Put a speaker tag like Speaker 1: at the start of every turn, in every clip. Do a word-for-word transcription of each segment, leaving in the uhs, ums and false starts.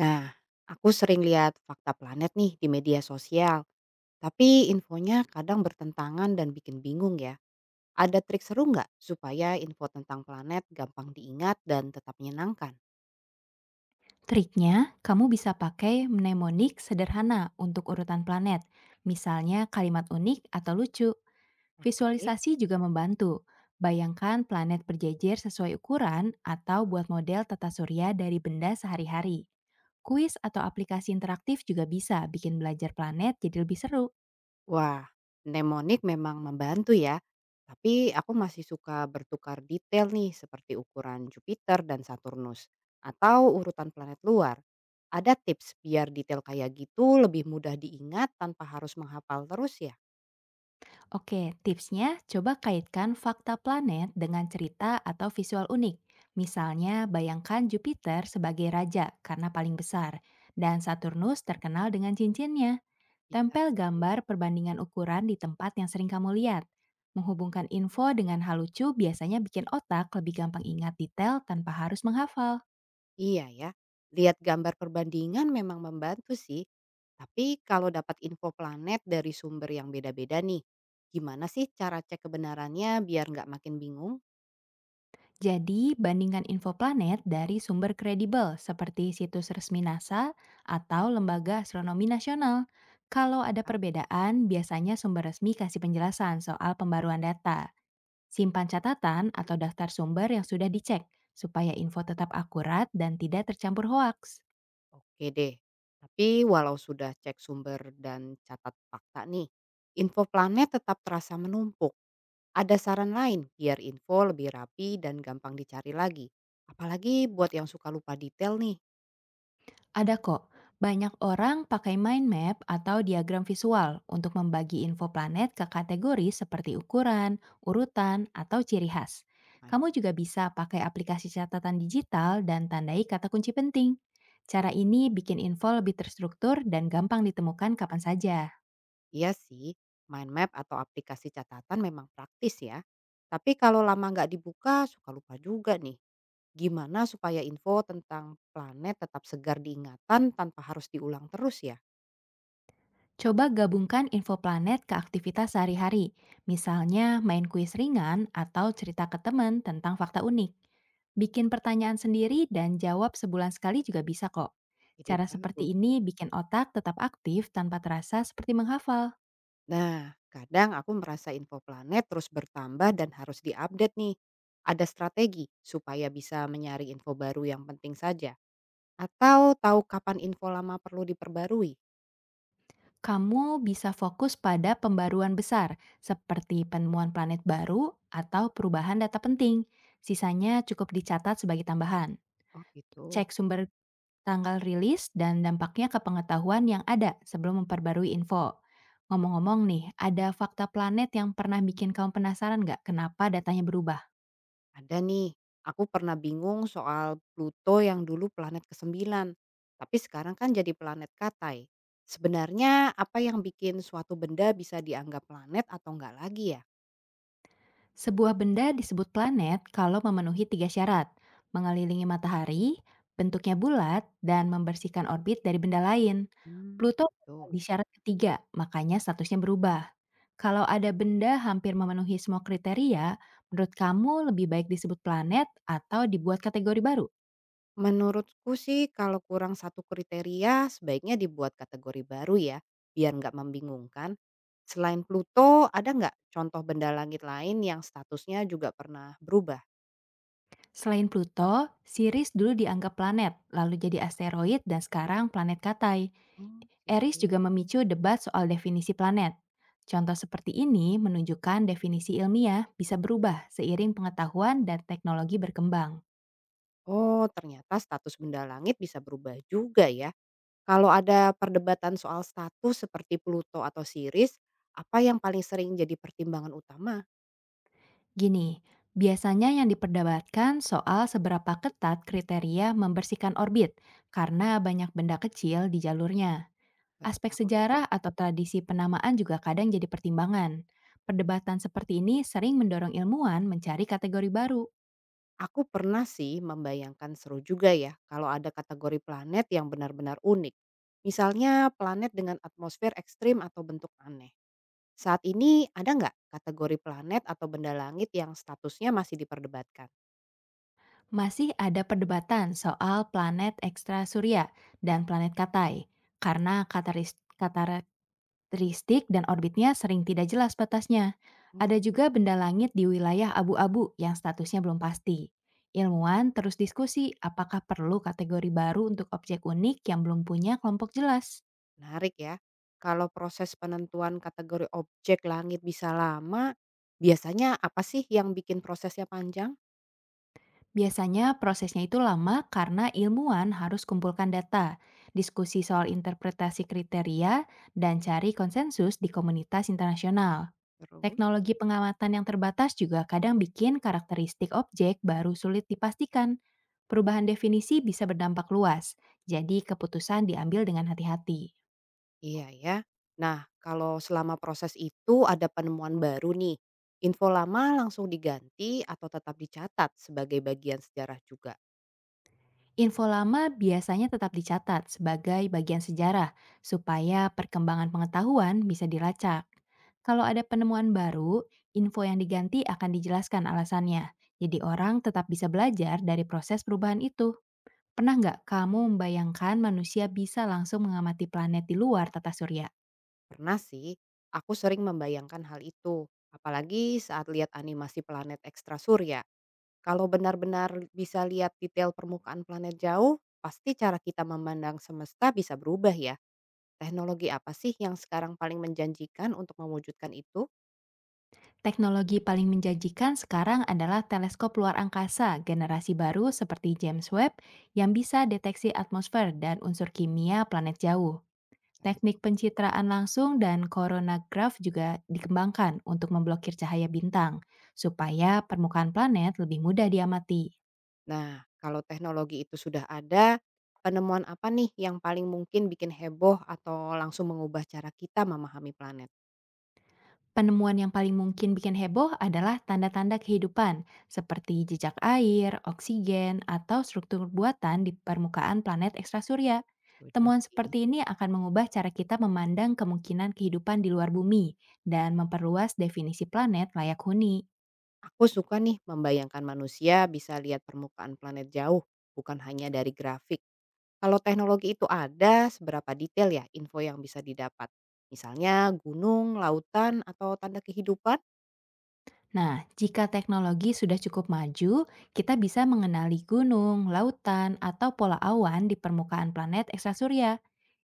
Speaker 1: Nah, aku sering lihat fakta planet nih di media sosial, tapi infonya kadang bertentangan dan bikin bingung ya. Ada trik seru nggak supaya info tentang planet gampang diingat dan tetap menyenangkan?
Speaker 2: Triknya, kamu bisa pakai mnemonik sederhana untuk urutan planet, misalnya kalimat unik atau lucu.
Speaker 1: Oke.
Speaker 2: Visualisasi juga membantu. Bayangkan planet berjejer sesuai ukuran atau buat model tata surya dari benda sehari-hari. Kuis atau aplikasi interaktif juga bisa bikin belajar planet jadi lebih seru.
Speaker 1: Wah, mnemonik memang membantu ya. Tapi aku masih suka bertukar detail nih seperti ukuran Jupiter dan Saturnus atau urutan planet luar. Ada tips biar detail kayak gitu lebih mudah diingat tanpa harus menghafal terus ya?
Speaker 2: Oke, tipsnya coba kaitkan fakta planet dengan cerita atau visual unik. Misalnya, bayangkan Jupiter sebagai raja karena paling besar, dan Saturnus terkenal dengan cincinnya.
Speaker 1: Bisa
Speaker 2: Tempel
Speaker 1: sih.
Speaker 2: gambar perbandingan ukuran di tempat yang sering kamu lihat. Menghubungkan info dengan hal lucu biasanya bikin otak lebih gampang ingat detail tanpa harus menghafal.
Speaker 1: Iya ya, lihat gambar perbandingan memang membantu sih. Tapi kalau dapat info planet dari sumber yang beda-beda nih, gimana sih cara cek kebenarannya biar nggak makin bingung?
Speaker 2: Jadi, bandingkan info planet dari sumber kredibel seperti situs resmi N A S A atau Lembaga Astronomi Nasional. Kalau ada
Speaker 1: Ya,
Speaker 2: perbedaan, biasanya sumber resmi kasih penjelasan soal pembaruan data. Simpan catatan atau daftar sumber yang sudah dicek, supaya info tetap akurat dan tidak tercampur hoaks.
Speaker 1: oke deh. Tapi walau sudah cek sumber dan catat fakta nih, info planet tetap terasa menumpuk. Ada saran lain biar info lebih rapi dan gampang dicari lagi. Apalagi buat yang suka lupa detail nih.
Speaker 2: Ada kok, banyak orang pakai mind map atau diagram visual untuk membagi info planet ke kategori seperti ukuran, urutan, atau ciri khas. Kamu juga bisa pakai aplikasi catatan digital dan tandai kata kunci penting. Cara ini bikin info lebih terstruktur dan gampang ditemukan kapan saja.
Speaker 1: Iya sih, mind map atau aplikasi catatan memang praktis ya. Tapi kalau lama nggak dibuka, suka lupa juga nih. Gimana supaya info tentang planet tetap segar diingatan tanpa harus diulang terus ya?
Speaker 2: Coba gabungkan info planet ke aktivitas sehari-hari, misalnya main kuis ringan atau cerita ke teman tentang fakta unik. Bikin pertanyaan sendiri dan jawab sebulan sekali juga bisa kok.
Speaker 1: Ide
Speaker 2: Cara
Speaker 1: bagus.
Speaker 2: seperti ini bikin otak tetap aktif tanpa terasa seperti menghafal.
Speaker 1: Nah, kadang aku merasa info planet terus bertambah dan harus diupdate nih. Ada strategi supaya bisa menyaring info baru yang penting saja. Atau tahu kapan info lama perlu diperbarui?
Speaker 2: Kamu bisa fokus pada pembaruan besar, seperti penemuan planet baru atau perubahan data penting. Sisanya cukup dicatat sebagai tambahan.
Speaker 1: Oh gitu.
Speaker 2: Cek sumber tanggal rilis, dan dampaknya ke pengetahuan yang ada sebelum memperbarui info. Ngomong-ngomong nih, ada fakta planet yang pernah bikin kamu penasaran nggak kenapa datanya berubah?
Speaker 1: Ada nih, aku pernah bingung soal Pluto yang dulu planet kesembilan, tapi sekarang kan jadi planet Katai. Sebenarnya apa yang bikin suatu benda bisa dianggap planet atau enggak lagi ya?
Speaker 2: Sebuah benda disebut planet kalau memenuhi tiga syarat. Mengelilingi matahari, bentuknya bulat, dan membersihkan orbit dari benda lain.
Speaker 1: Hmm,
Speaker 2: Pluto
Speaker 1: gitu.
Speaker 2: di syarat ketiga, makanya statusnya berubah. Kalau ada benda hampir memenuhi semua kriteria, menurut kamu lebih baik disebut planet atau dibuat kategori baru?
Speaker 1: Menurutku sih kalau kurang satu kriteria sebaiknya dibuat kategori baru ya, biar nggak membingungkan. Selain Pluto, ada nggak contoh benda langit lain yang statusnya juga pernah berubah?
Speaker 2: Selain Pluto, Sirius dulu dianggap planet, lalu jadi asteroid dan sekarang planet Katai.
Speaker 1: Oh,
Speaker 2: Eris
Speaker 1: gitu.
Speaker 2: juga memicu debat soal definisi planet. Contoh seperti ini menunjukkan definisi ilmiah bisa berubah seiring pengetahuan dan teknologi berkembang.
Speaker 1: Oh, ternyata status benda langit bisa berubah juga ya. Kalau ada perdebatan soal status seperti Pluto atau Siris, apa yang paling sering jadi pertimbangan utama?
Speaker 2: Gini, biasanya yang diperdebatkan soal seberapa ketat kriteria membersihkan orbit karena banyak benda kecil di jalurnya.
Speaker 1: Baru
Speaker 2: Aspek
Speaker 1: tahu.
Speaker 2: sejarah atau tradisi penamaan juga kadang jadi pertimbangan. Perdebatan seperti ini sering mendorong ilmuwan mencari kategori baru.
Speaker 1: Aku pernah sih membayangkan seru juga ya kalau ada kategori planet yang benar-benar unik. Misalnya planet dengan atmosfer ekstrim atau bentuk aneh. Saat ini ada nggak kategori planet atau benda langit yang statusnya masih diperdebatkan?
Speaker 2: Masih ada perdebatan soal planet ekstra surya dan planet Katai, karena kataris- karakteristik dan orbitnya sering tidak jelas batasnya. Ada juga benda langit di wilayah abu-abu yang statusnya belum pasti. Ilmuwan terus diskusi apakah perlu kategori baru untuk objek unik yang belum punya kelompok jelas.
Speaker 1: Menarik ya. Kalau proses penentuan kategori objek langit bisa lama, biasanya apa sih yang bikin prosesnya panjang?
Speaker 2: Biasanya prosesnya itu lama karena ilmuwan harus kumpulkan data, diskusi soal interpretasi kriteria, dan cari konsensus di komunitas internasional.
Speaker 1: Terus,
Speaker 2: Teknologi pengamatan yang terbatas juga kadang bikin karakteristik objek baru sulit dipastikan. Perubahan definisi bisa berdampak luas, jadi keputusan diambil dengan hati-hati.
Speaker 1: iya ya. Nah, kalau selama proses itu ada penemuan baru nih, info lama langsung diganti atau tetap dicatat sebagai bagian sejarah juga.
Speaker 2: Info lama biasanya tetap dicatat sebagai bagian sejarah, supaya perkembangan pengetahuan bisa dilacak. Kalau ada penemuan baru, info yang diganti akan dijelaskan alasannya. Jadi orang tetap bisa belajar dari proses perubahan itu. Pernah nggak kamu membayangkan manusia bisa langsung mengamati planet di luar tata surya?
Speaker 1: Pernah sih, aku sering membayangkan hal itu. Apalagi saat lihat animasi planet ekstra surya. Kalau benar-benar bisa lihat detail permukaan planet jauh, pasti cara kita memandang semesta bisa berubah ya. Teknologi apa sih yang sekarang paling menjanjikan untuk mewujudkan itu?
Speaker 2: Teknologi paling menjanjikan sekarang adalah teleskop luar angkasa generasi baru seperti James Webb yang bisa deteksi atmosfer dan unsur kimia planet jauh. Teknik
Speaker 1: Teleskop.
Speaker 2: pencitraan langsung dan coronagraph juga dikembangkan untuk memblokir cahaya bintang, supaya permukaan planet lebih mudah diamati.
Speaker 1: Nah, kalau teknologi itu sudah ada, penemuan apa nih yang paling mungkin bikin heboh atau langsung mengubah cara kita memahami planet?
Speaker 2: Penemuan yang paling mungkin bikin heboh adalah tanda-tanda kehidupan, seperti jejak air, oksigen, atau struktur buatan di permukaan planet ekstrasurya.
Speaker 1: Setuju
Speaker 2: Temuan
Speaker 1: sih.
Speaker 2: seperti ini akan mengubah cara kita memandang kemungkinan kehidupan di luar bumi dan memperluas definisi planet layak huni.
Speaker 1: Aku suka nih membayangkan manusia bisa lihat permukaan planet jauh, bukan hanya dari grafik. Kalau teknologi itu ada, seberapa detail ya info yang bisa didapat? Misalnya gunung, lautan, atau tanda kehidupan?
Speaker 2: Nah, jika teknologi sudah cukup maju, kita bisa mengenali gunung, lautan, atau pola awan di permukaan planet ekstrasurya.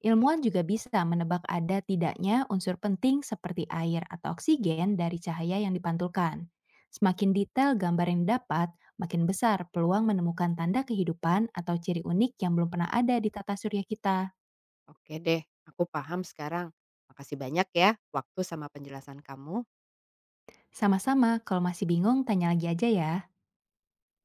Speaker 1: Oke.
Speaker 2: Ilmuwan juga bisa menebak ada tidaknya unsur penting seperti air atau oksigen dari cahaya yang dipantulkan. Semakin detail gambar yang didapat, makin besar peluang menemukan tanda kehidupan atau ciri unik yang belum pernah ada di tata surya kita.
Speaker 1: Oke deh, aku paham sekarang. Makasih banyak ya waktu sama penjelasan kamu.
Speaker 2: Sama-sama, kalau masih bingung tanya lagi aja ya.